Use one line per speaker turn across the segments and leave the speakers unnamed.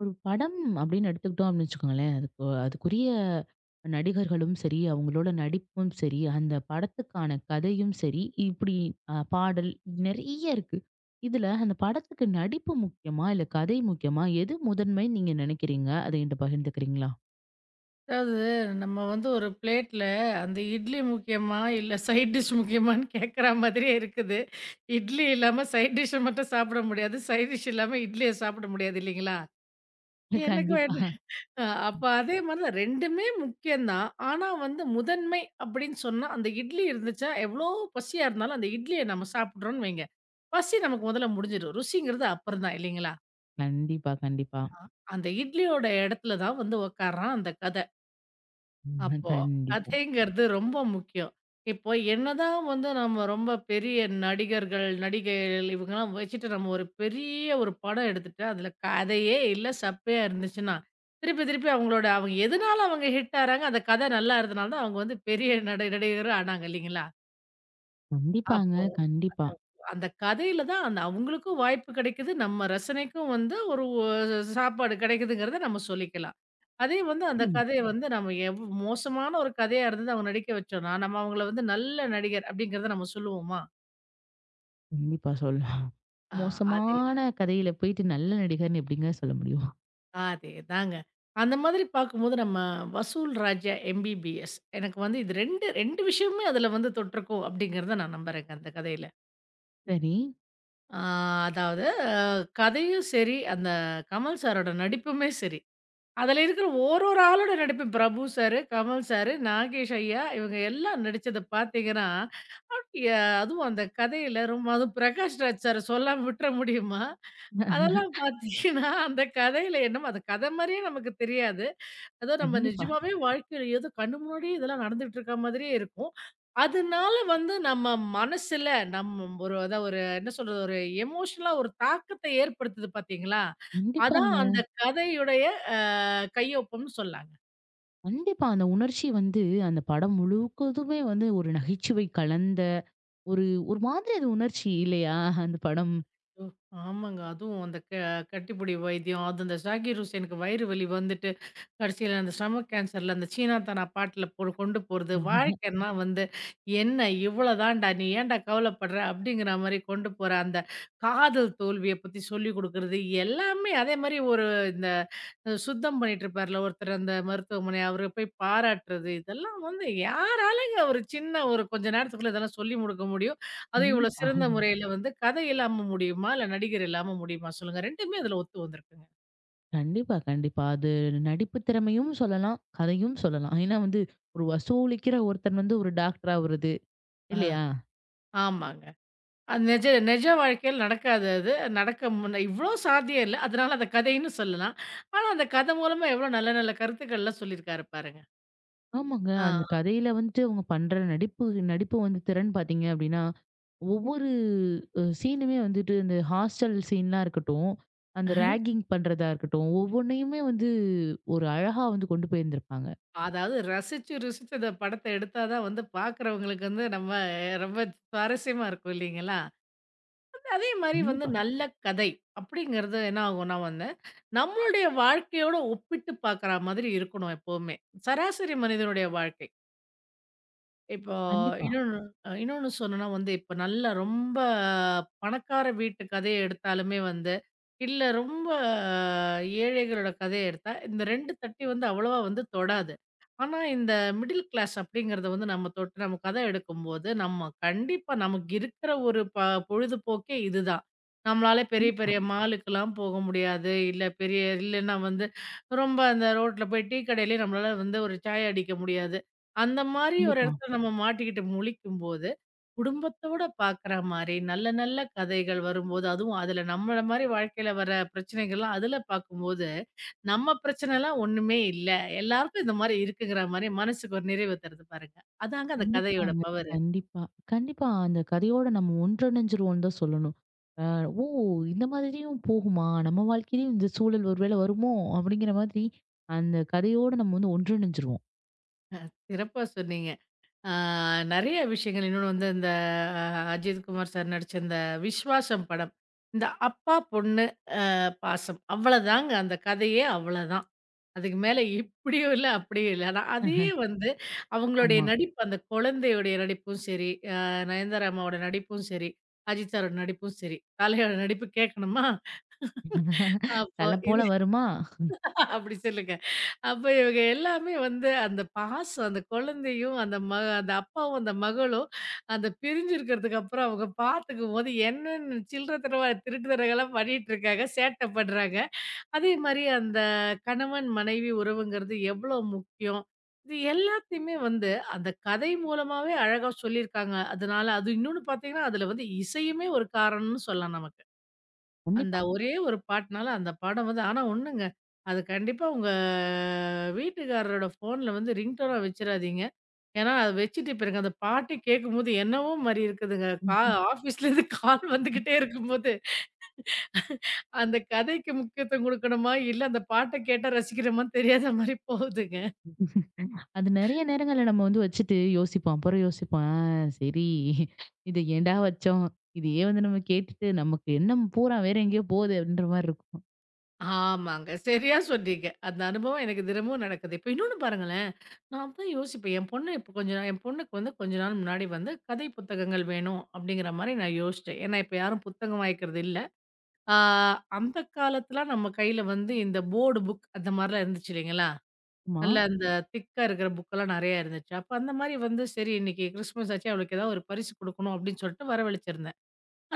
ஒரு படம் அப்படின்னு எடுத்துக்கிட்டோம் வச்சுக்கோங்களேன். அதுக்கு அதுக்குரிய நடிகர்களும் சரி, அவங்களோட நடிப்பும் சரி, அந்த படத்துக்கான கதையும் சரி, இப்படி பாடல் நெறைய இருக்கு. இதுல அந்த படத்துக்கு நடிப்பு முக்கியமா? இல்ல கதை முக்கியமா? எது முதன்மைன்னு நீங்க நினைக்கிறீங்க? அத என்கிட்ட பகிர்ந்துக்கிறீங்களா?
அதாவது நம்ம வந்து ஒரு பிளேட்ல அந்த இட்லி முக்கியமா? இல்ல சைட் டிஷ் முக்கியமான்னு கேட்குற மாதிரியே இருக்குது. இட்லி இல்லாம சைட் டிஷ்ஷ மட்டும் சாப்பிட முடியாது. சைட் டிஷ் இல்லாம இட்லிய சாப்பிட முடியாது இல்லைங்களா? எனக்கு
கண்டிப்பா.
வேணும். அப்ப அதே மாரி தான். 2மே முக்கியம் தான். ஆனா வந்து முதன்மை அப்படின்னு சொன்னா, அந்த இட்லி இருந்துச்சா எவ்வளோ பசியா இருந்தாலும் அந்த இட்லிய நம்ம சாப்பிடுறோம்ன்னு வைங்க. பசி நமக்கு முதல்ல முடிஞ்சிடும். ருசிங்கிறது அப்புறம் தான் இல்லைங்களா?
கண்டிப்பா, கண்டிப்பா.
அந்த இட்லியோட இடத்துல தான் வந்து உட்கார்றான் அந்த கத.
ம்.
அப்போ
கண்டிப்பா.
கதைங்கிறது ரொம்ப முக்கியம். இப்போ என்னதான் வந்து நம்ம ரொம்ப பெரிய நடிகர்கள், நடிகைகள் இவங்கலாம் வச்சுட்டு நம்ம ஒரு பெரிய ஒரு படம் எடுத்துட்டு, அதில கதையே இல்ல, சப்பையா இருந்துச்சுன்னா, திருப்பி திருப்பி அவங்களோட அவங்க எதனால அவங்க ஹிட் ஆறாங்க, அந்த கதை நல்லா இருந்தனால தான் அவங்க வந்து பெரிய நடிகர் ஆனாங்க இல்லைங்களா?
கண்டிப்பாங்க.
அப்போ
கண்டிப்பா.
அந்த கதையில தான் அந்த அவங்களுக்கும் வாய்ப்பு கிடைக்குது. நம்ம ரசனைக்கும் வந்து ஒரு சாப்பாடு கிடைக்குதுங்கிறத நம்ம சொல்லிக்கலாம். அதே வந்து அந்த
நிச்சயமா.
கதைய வந்து நம்ம மோசமான ஒரு கதையா இருந்தது அவங்க நடிக்க வச்சோம்னா, நம்ம அவங்கள வந்து நல்ல நடிகர் அப்படிங்கிறத நம்ம சொல்லுவோமா?
கண்டிப்பா சொல்லலாம்.
ஆ அதே
மோசமான கதையில போயிட்டு நல்ல நடிகர்ன்னு எப்படிங்க சொல்ல முடியும்?
அதேதாங்க. அந்த மாதிரி பார்க்கும்போது நம்ம வசூல் ராஜா எம்பிபிஎஸ். எனக்கு வந்து இது 2 விஷயமுமே அதில வந்து தொட்டிருக்கும் அப்படிங்கிறத நான் நம்புறேங்க அந்த கதையில.
சரி.
ஆ அதாவது கதையும் சரி, அந்த கமல் சாரோட நடிப்புமே சரி. அதுல இருக்கிற ஒரு ஒரு ஆளோட நடிப்பு பிரபு சாரு, கமல் சாரு, நாகேஷ் ஐயா இவங்க எல்லாம் நடிச்சத பார்த்தீங்கன்னா, அப்படியா அதுவும் அந்த கதையில ரொம்ப அதுவும் பிரகாஷ் ராஜ் சார சொல்லாம விட்டுற முடியுமா? அதெல்லாம் பார்த்தீங்கன்னா, அந்த கதையில என்னமோ அந்த கதை மாரியே நமக்கு தெரியாது. அதான் நம்ம
கண்டிப்பா.
நிஜமாவே வாழ்க்கையில ஏதோ கண்ணு முன்னாடியே இதெல்லாம் நடந்துட்டு இருக்க மாதிரியே இருக்கும். அதனால வந்து நம்ம மனசுல நம்ம ஒரு அதான் ஒரு என்ன சொல்றது? ஒரு எமோஷனலா ஒரு தாக்கத்த ஏற்படுத்துது பார்த்தீங்களா? அதான்
கண்டிப்பாங்க.
அந்த கதையுடைய அ கையொப்பம்னு சொல்லாங்க.
கண்டிப்பா. அந்த உணர்ச்சி வந்து அந்த படம் முழுவதுமே வந்து ஒரு நகைச்சுவை கலந்த ஒரு ஒரு மாதிரி அது உணர்ச்சி இல்லையா? அந்த படம்.
ஓ! ஆமாங்க. அதுவும் அந்த கட்டிப்புடி வைத்தியம், அது அந்த ஜாகீர் ஹுசேனுக்கு வயிறு வலி வந்துட்டு, கடைசியில அந்த ஸ்டொமக் கேன்சர்ல அந்த சீனாத்தானா பாட்டுல கொண்டு போறது. வாழ்க்கைன்னா வந்து, "என்ன இவ்வளோதான்டா, நீ ஏன்டா கவலைப்படுற?" அப்படிங்கிற மாரி கொண்டு போற அந்த காதல் தோல்விய பத்தி சொல்லிக் குடுக்குறது, எல்லாமே அதே மாரி ஒரு இந்த சுத்தம் பண்ணிட்டு இருப்பார்ல ஒருத்தர் அந்த மருத்துவமனை, அவர போய் பாராட்டுறது, இதெல்லாம் வந்து யாராலங்க ஒரு சின்ன ஒரு கொஞ்ச நேரத்துக்குள்ள இதெல்லாம் சொல்லி முடிக்க முடியும்? அதுவும் இவ்வளோ
கண்டிப்பா.
சிறந்த முறையில வந்து கதை இல்லாம முடியுமா? இல்ல நடிகர் இல்லாம முடியுமா? சொல்லுங்க. 2மே அதுல ஒத்து வந்திருக்குங்க.
கண்டிப்பா, கண்டிப்பா. அது நடிப்பு திறமையும் சொல்லலாம், கதையும் சொல்லலாம். ஏன்னா வந்து ஒரு வசூலிக்கிற ஒருத்தன் வந்து ஒரு டாக்டர் ஆவுறது
ஆ,
இல்லையா?
ஆமாங்க. அது நிஜ நிஜ வாழ்க்கையில நடக்காது அது. நடக்க முன்ன இவ்ளோ சாத்தியம் இல்ல. அதனால அத கதைன்னு சொல்லலாம். ஆனா, அந்த கதை மூலமா எவ்ளோ நல்ல நல்ல கருத்துக்கள்லாம் சொல்லியிருக்காரு பாருங்க.
ஆமாங்க.
ஆ.
அந்த கதையில வந்துட்டு அவங்க பண்ற நடிப்பு நடிப்பு வந்து திறன் பார்த்தீங்க அப்டின்னா, ஒவ்வொரு சீனுமே வந்துட்டு இந்த ஹாஸ்டல் சீன்லாம் இருக்கட்டும், அந்த ராகிங் பண்றதா இருக்கட்டும், ஒவ்வொன்னையுமே வந்து ஒரு அழகா வந்து கொண்டு போயிருந்திருப்பாங்க.
அதாவது ரசிச்சு, ருசிச்சு அந்த படத்த எடுத்தா தான் வந்து பாக்குறவங்களுக்கு வந்து நம்ம ரொம்ப சுவாரஸ்யமா இருக்கும் இல்லைங்களா? அதே மாரி வந்து
கண்டிப்பா,
நல்ல கதை அப்படிங்கிறது என்ன ஆகும்னா வந்து, நம்மளுடைய வாழ்க்கையோட ஒப்பிட்டு பார்க்குற மாதிரி இருக்கணும் எப்பவுமே. சராசரி மனிதனுடைய வாழ்க்கை. இப்போ
கண்டிப்பா,
இன்னொன்னு இன்னொன்னு சொன்னோம்னா வந்து, இப்ப நல்லா ரொம்ப பணக்கார வீட்டு கதைய எடுத்தாலுமே வந்து, இல்ல ரொம்ப ஏழைகளோட கதைய எடுத்தா, இந்த 2 தட்டி வந்து அவ்வளவா வந்து தொடாது. ஆனா இந்த மிடில் கிளாஸ் அப்படிங்கிறத வந்து நம்ம தொட்டு நம்ம கதை எடுக்கும்போது, நம்ம கண்டிப்பா நமக்கு இருக்கிற ஒரு பொழுதுபோக்கே இதுதான். நம்மளால பெரிய
கண்டிப்பா,
பெரிய மாலுக்கெல்லாம் போக முடியாது. இல்ல பெரிய இல்லன்னா வந்து ரொம்ப அந்த ரோட்ல போய் டீ கடையிலயே நம்மளால வந்து ஒரு சாய் அடிக்க முடியாது. அந்த மாரி ஒரு
கண்டிப்பா,
இடத்துல நம்ம மாட்டிக்கிட்டு முழிக்கும்போது, குடும்பத்தோட பார்க்குற மாரி நல்ல நல்ல கதைகள் வரும்போது, அதுவும் அதுல நம்மள மாரி வாழ்க்கையில வர பிரச்சனைகள்லாம் அதுல பார்க்கும்போது, நம்ம பிரச்சனைலாம் ஒண்ணுமே இல்ல. எல்லாருக்கும் இந்த மாரி இருக்குங்கிற மாரி மனசுக்கு ஒரு நிறைவு தருது பாருங்க. அதாங்க அந்த கதையோட
கண்டிப்பாங்க.
பவரு.
கண்டிப்பா. கண்டிப்பா. அந்த கதையோட நம்ம ஒன்றிணைஞ்சிருவோம்னு தான் சொல்லணும். அ "ஓ! இந்த மாதிரியும் போகுமா? நம்ம வாழ்க்கையிலயும் இந்த சூழல் ஒரு வேளை வருமோ?" அப்படிங்கிற மாதிரி அந்த கதையோட நம்ம வந்து ஒன்றிணைஞ்சிருவோம்.
சிறப்பா சொன்னீங்க. ஆ நெறைய விஷயங்கள் இன்னொன்னு வந்து இந்த அ அஜித்குமார் சார் நடிச்ச இந்த விஸ்வாசம் படம். இந்த அப்பா, பொண்ணு பாசம். அவ்வளதாங்க. அந்த கதையே அவ்வளதான். அதுக்கு மேல இப்படியும் இல்ல, அப்படியும் இல்ல. ஆனா அதே வந்து அவங்களுடைய
ஆமா.
நடிப்பு, அந்த குழந்தையுடைய நடிப்பும் சரி, நயன்தாராமாவோட நடிப்பும் சரி, அஜித் சாரோட நடிப்பும் சரி, காளையோட நடிப்பு கேட்கணுமா? அப்போ
தல போல
இது
வருமா?
அப்படி சொல்லுங்க. அப்ப இவங்க எல்லாமே வந்து அந்த பாசம், அந்த குழந்தையும், அந்த அப்பாவும், அந்த மகளும் அந்த பிரிஞ்சிருக்கிறதுக்கு அப்புறம் அவங்க பார்த்துக்கும்போது என்னென்ன சில்லற தனமா, திருட்டுத்தனங்கள்லாம் பண்ணிட்டு இருக்காங்க, சேட்டை பண்றாங்க. அதே மாரி அந்த கணவன், மனைவி உறவுங்கிறது எவ்வளோ முக்கியம்? இது எல்லாத்தையுமே வந்து அந்த கதை மூலமாவே அழகா சொல்லியிருக்காங்க. அதனால அது இன்னொன்னு பார்த்தீங்கன்னா, அதுல வந்து இசையுமே ஒரு காரணம்னு சொல்லலாம் நமக்கு. அந்த
கண்டிப்பா.
ஒரே ஒரு பாட்டுனால அந்த படம் வந்து ஆனா ஒண்ணுங்க, அது கண்டிப்பா உங்க வீட்டுக்காரரோட ஃபோன்ல வந்து ரிங்டோனா வச்சுறாதீங்க. ஏன்னா, அத வச்சுட்டு பிறகு அந்த பாட்டே கேட்கும்போது என்னவோ மாரி இருக்குதுங்க.
ம்.
ஆஃபீஸ்லேருந்து கால்
ம்.
வந்துகிட்டே இருக்கும்போது அந்த கதைக்கு முக்கியத்துவம் குடுக்கணுமா? இல்ல அந்த பாட்ட கேட்டா ரசிக்கிறோமான்னு தெரியாத மாரி போகுதுங்க.
அது நெறைய நேரங்கள்ல நம்ம வந்து வச்சுட்டு யோசிப்போம். அப்புறம் யோசிப்போம். ஆ சரி இத ஏன்டா வச்சோம்? இதையே வந்து நம்ம கேட்டுட்டு நமக்கு எண்ணம் பூரா வேற எங்கேயோ போகுது அப்படின்ற மாரி இருக்கும்.
ஆமாங்க. சரியா சொன்னீங்க. அந்த அனுபவம் எனக்கு தினமும் நடக்குது. இப்ப இன்னொன்னு பாருங்களேன், நான் அப்பதான் யோசிப்பேன். என் பொண்ணு இப்ப கொஞ்ச நாள் என் பொண்ணுக்கு வந்து கொஞ்ச நாள் முன்னாடி வந்து கதை புத்தகங்கள் வேணும் அப்படிங்கிற மாரி நான் யோசிச்சேன். ஏன்னா இப்ப யாரும் புத்தகம் வாங்கிக்கிறது இல்ல. ஆ அந்த காலத்துலாம் நம்ம கையில வந்து இந்த போர்டு புக் அந்த மாரிலாம் இருந்துச்சு இல்லைங்களா?
ஆமா.
நல்ல அந்த திக்கா இருக்கிற புக்கெல்லாம் நெறையா இருந்துச்சு. அப்ப அந்த மாரி வந்து சரி இன்னைக்கு கிறிஸ்மஸ் ஆச்சு அவளுக்கு ஏதாவது ஒரு பரிசு குடுக்கணும் அப்படின்னு சொல்லிட்டு வரவழிச்சிருந்தேன்.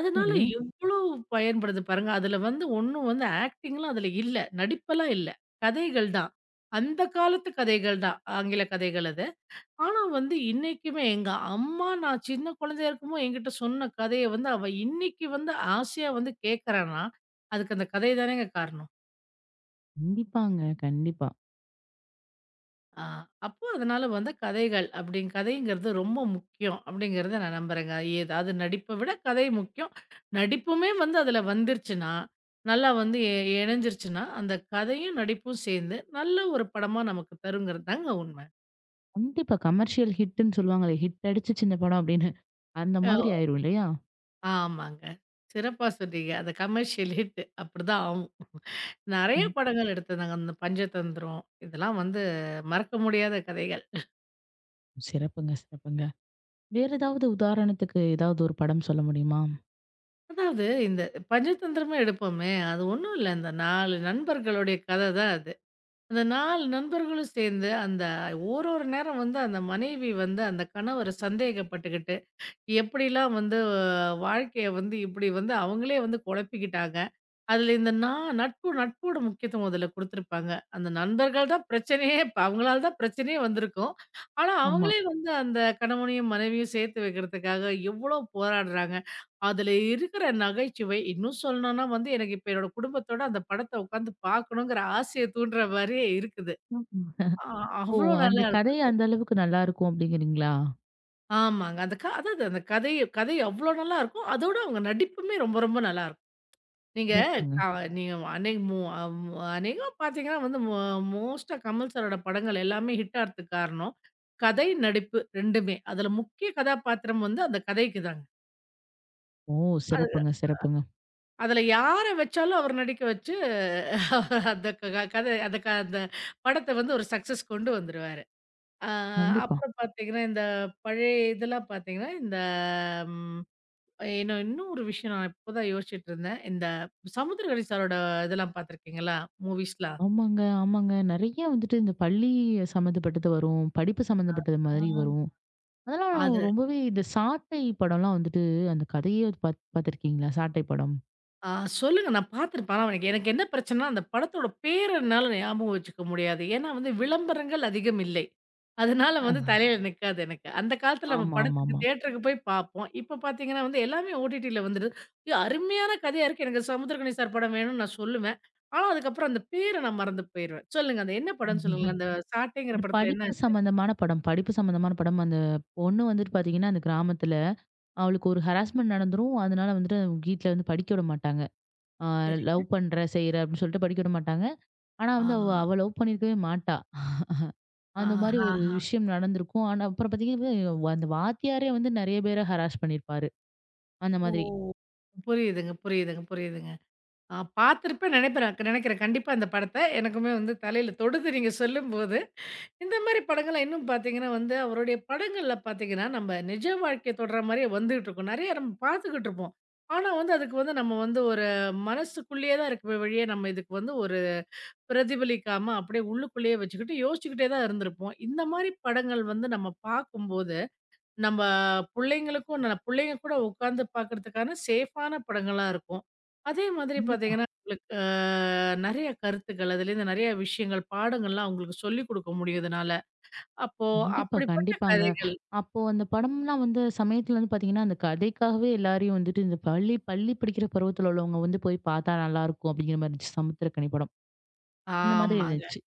அதனால
சரி.
எவ்ளோ பயன்படுது பாருங்க. அதுல வந்து ஒண்ணும் வந்து ஆக்டிங்லாம் அதுல இல்ல. நடிப்பெல்லாம் இல்ல. கதைகள் தான். அந்த காலத்து கதைகள் தான். ஆங்கில கதைகள் அது. ஆனா வந்து இன்னைக்குமே எங்க அம்மா நான் சின்ன குழந்தையா இருக்கும்போது என்கிட்ட சொன்ன கதைய வந்து அவ இன்னைக்கு வந்து ஆசையா வந்து கேட்கறான்னா, அதுக்கு அந்த கதை தானேங்க காரணம்.
கண்டிப்பாங்க. கண்டிப்பா.
ஆ, அப்போ அதனால வந்து கதைகள் அப்படிங் கதைங்கிறது ரொம்ப முக்கியம் அப்படிங்கிறத நான் நம்புறேங்க. ஏதாவது நடிப்பை விட கதை முக்கியம். நடிப்புமே வந்து அதுல வந்துருச்சுன்னா, நல்லா வந்து இணைஞ்சிருச்சுன்னா, அந்த கதையும் நடிப்பும் சேர்ந்து நல்ல ஒரு படமா நமக்கு தருங்கிறது தாங்க உண்மை.
கண்டிப்பா கமர்ஷியல் ஹிட்ன்னு சொல்லுவாங்களே, ஹிட் அடிச்சுச்சு இந்த படம் அப்படின்னு. அந்த
அ
மாதிரி ஆயிரும் இல்லையா?
ஆமாங்க. சிறப்பா சொன்னீங்க. அந்த கமர்ஷியல் ஹிட் அப்படிதான் ஆகும். நெறைய
ம்.
படங்கள் எடுத்ததாங்க. அந்த பஞ்சதந்திரம் இதெல்லாம் வந்து மறக்க முடியாத கதைகள்.
சிறப்புங்க, சிறப்புங்க. வேற ஏதாவது உதாரணத்துக்கு ஏதாவது ஒரு படம் சொல்ல முடியுமா?
அதாவது இந்த பஞ்சதந்திரமா எடுப்போமே, அது ஒண்ணும் இல்ல. அந்த 4 நண்பர்களுடைய கத தான் அது. அந்த 4 நண்பர்களும் சேர்ந்து அந்த ஒரு ஒரு நேரம் வந்து அந்த மனைவி வந்து அந்த கணவர சந்தேகப்பட்டுக்கிட்டு, எப்படிலாம் வந்து வாழ்க்கைய வந்து இப்படி வந்து அவங்களே வந்து குழப்பிக்கிட்டாங்க. அதுல இந்த நட்பு நட்போட முக்கியத்துவம் அதுல குடுத்துருப்பாங்க. அந்த நண்பர்கள் தான் பிரச்சனையே இப்ப அவங்களால தான் பிரச்சனையே வந்திருக்கும். ஆனா,
ஆமா.
அவங்களே வந்து அந்த கணவனையும், மனைவியும் சேர்த்து வைக்கிறதுக்காக எவ்வளோ போராடுறாங்க. அதுல இருக்கிற நகைச்சுவை இன்னும் சொல்லணும்னா வந்து எனக்கு இப்ப என்னோட குடும்பத்தோட அந்த படத்த உட்காந்து பார்க்கணுங்கிற ஆசைய தூண்டுற மாரியே இருக்குது.
ம். ம்.
ஆ
ஓ!
அவ்ளோ நல்லா
அந்த கதை
இருக்கும்.
அந்த அளவுக்கு நல்லாருக்கும் அப்படிங்கிறீங்களா?
ஆமாங்க. அந்த க அதாவது அந்த கதை கதை அவ்ளோ நல்லாருக்கும். அதோட அவங்க நடிப்புமே ரொம்ப ரொம்ப நல்லா இருக்கும். நீங்க
சிறப்புங்க.
அ நீங்க அன்னைக்கு மு அ மு அநேகமா பார்த்தீங்கன்னா வந்து மோஸ்ட்டா கமல் சாரோட படங்கள் எல்லாமே ஹிட் ஆறதுக்கு காரணம், கதை, நடிப்பு 2மே. அதுல முக்கிய கதாபாத்திரம் வந்து அந்த கதைக்கு தாங்க.
ஓ!
அது
சிறப்புங்க, சிறப்புங்க.
அதுல யார வச்சாலும் அவர் நடிக்க வச்சு அவர் அந்த க கத அந்த க அந்த படத்த வந்து ஒரு சக்சஸ் கொண்டு வந்துருவாரு. அ
கண்டிப்பா.
அப்புறம் பார்த்தீங்கன்னா, இந்த பழைய இதெல்லாம் பார்த்தீங்கன்னா, இந்த ம் இன்னும் இன்னும் ஒரு விஷயம் நான் இப்போதான் யோசிச்சுட்டு இருந்தேன். இந்த சமுத்திரக்கனி சாரோட இதெல்லாம் பார்த்துருக்கீங்களா? மூவிஸ்லாம்.
ஆமாங்க, ஆமாங்க. நெறைய வந்துட்டு இந்த பள்ளி சம்மந்தப்பட்டது வரும். படிப்பு சம்மந்தப்பட்டது
ஆ.
மாதிரி வரும். அதெல்லாம்
அது
ரொம்பவே இந்த சாட்டை படம்லாம் வந்துட்டு அந்த கதையே பாத்துருக்கீங்களா? சாட்டை படம்.
ஆ சொல்லுங்க நான் பார்த்துருப்பேன். ஆனா எனக்கு எனக்கு என்ன பிரச்சனைன்னா, அந்த படத்தோட பேர என்னால ஞாபகம் வச்சுக்க முடியாது. ஏன்னா வந்து விளம்பரங்கள் அதிகம் இல்லை. அதனால வந்து
ஆஹ்.
தலையில நிக்காது எனக்கு. அந்த காலத்துல நம்ம
ஆமா, ஆமா,
படத்துக்கு
ஆமா.
தியேட்டருக்கு போய் பார்ப்போம். இப்ப பார்த்தீங்கன்னா வந்து எல்லாமே ஓடிடில வந்துடுது. ஐயோ! அருமையான கதையா இருக்கு. எனக்கு சமுத்திரக்கனி சார் படம் வேணும்னு நான் சொல்லுவேன். ஆனா அதுக்கப்புறம் அந்த பேர நான் மறந்து போயிருவேன். சொல்லுங்க அந்த என்ன படம்ன்னு
ம்ஹும்.
சொல்லுங்களேன்? அந்த சாட்டைங்கிற
அது
படத்துல என்ன?
படிப்பு சம்மந்தமான படம். படிப்பு சம்மந்தமான படம். அந்த பொண்ணு வந்துட்டு பாத்தீங்கன்னா, அந்த கிராமத்துல அவளுக்கு ஒரு ஹராஸ்மென்ட் நடந்துரும். அதனால வந்துட்டு அவங்க வீட்ல வந்து படிக்க விட மாட்டாங்க. அ
சரிங்க.
லவ் பண்ற, செய்ற அப்படின்னு சொல்லிட்டு படிக்க விட மாட்டாங்க. ஆனா
ஆ.
வந்து அவ அவ லவ் பண்ணியிருக்கவே மாட்டா. அந்த மாரி ஒரு
ஆஹஹா.
விஷயம் நடந்திருக்கும். ஆனா அப்புறம் பார்த்தீங்கன்னா, அந்த வாத்தியாரே வந்து நெறைய பேர ஹராஸ் பண்ணியிருப்பாரு. அந்த
ஓ!
மாதிரி.
புரியுதுங்க, புரியுதுங்க, புரியுதுங்க. பார்த்துருப்பேன் நினைப்பேன் நினைக்கிறேன். கண்டிப்பா அந்த படத்த. எனக்குமே வந்து தலையில தொடுது நீங்க சொல்லும்போது. இந்த மாரி படங்கள்லாம் இன்னும் பார்த்தீங்கன்னா வந்து, அவருடைய படங்கள்ல பார்த்தீங்கன்னா, நம்ம நிஜ வாழ்க்கைய தொடுற மாரியே வந்துகிட்டு இருக்கும். நெறைய நம்ம பார்த்துக்கிட்டு இருப்போம். ஆனா வந்து அதுக்கு வந்து நம்ம வந்து ஒரு மனசுக்குள்ளேயே தான் இருக்குமே வழிய, நம்ம இதுக்கு வந்து ஒரு பிரதிபலிக்காம அப்படியே உள்ளுக்குள்ளேயே வச்சுக்கிட்டு யோசிச்சுக்கிட்டே தான் இருந்திருப்போம். இந்த மாரி படங்கள் வந்து நம்ம பார்க்கும்போது நம்ப புள்ளைங்களுக்கும் ந புள்ளைங்க கூட உட்காந்து பார்க்கறதுக்கான சேஃபான படங்களா இருக்கும். அதே மாதிரி
கண்டிப்பா,
பார்த்தீங்கன்னா, உங்களுக்கு நெறைய கருத்துக்கள், அதுலேருந்து நெறைய விஷயங்கள், பாடங்கள்லாம் அவங்களுக்கு சொல்லிக் குடுக்க முடியும் இதனால. அப்போ
கண்டிப்பா,
அப்படிப்பட்ட
கண்டிப்பாங்க.
கதைகள்
அப்போ அந்த படம்லாம் வந்த சமயத்துல வந்து பார்த்தீங்கன்னா, அந்த கதைக்காகவே எல்லாரையும் வந்துட்டு இந்த பள்ளி பள்ளி படிக்கிற பருவத்துல உள்ளவங்க வந்து போய் பார்த்தா நல்லாருக்கும் அப்படிங்கிற மாரி இருந்துச்சு. சமுத்திரக்கனி படம். அந்த மாதிரி
ஆமாங்க.
இருந்துச்சு.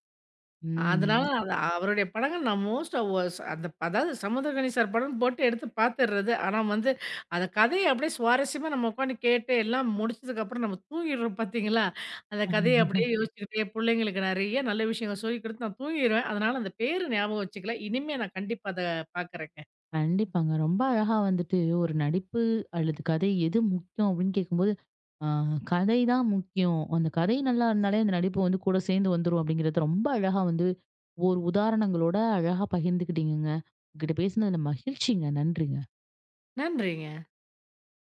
அதனால அது அவருடைய படங்கள் நான் மோஸ்ட்டா ஒ ஸ் அந்த அதாவது சமுத்திரக்கனி சார் படம்னு போட்டு எடுத்து பாத்துர்றது. ஆனா வந்து, அந்த கதைய அப்படியே சுவாரஸ்யமா நம்ம உட்காந்து கேட்டு எல்லாம் முடிச்சதுக்கப்புறம் நம்ம தூங்கிடுறோம் பாத்தீங்களா? அந்த கதைய அப்படியே
ம்.
யோசிச்சுக்கிட்டே பிள்ளைங்களுக்கு நெறைய நல்ல விஷயங்கள் சொல்லிக் குடுத்து நான் தூங்கிருவேன். அதனால அந்த பேரு ஞாபகம் வச்சுக்கல. இனிமே நான் கண்டிப்பா அத பாக்குறேங்க.
கண்டிப்பாங்க. ரொம்ப அழகா வந்துட்டு ஒரு நடிப்பு அல்லது கதை எது முக்கியம் அப்படின்னு கேட்கும்போது, ஆ கதை தான் முக்கியம். அந்த கதை நல்லா இருந்தாலே அந்த நடிப்பு வந்து கூட சேர்ந்து வந்துரும் அப்படிங்கிறத ரொம்ப அழகா வந்து ஒரு உதாரணங்களோட அழகா பகிர்ந்துக்கிட்டீங்கங்க. உங்ககிட்ட பேசினதுல மகிழ்ச்சிங்க. நன்றிங்க.
நன்றிங்க.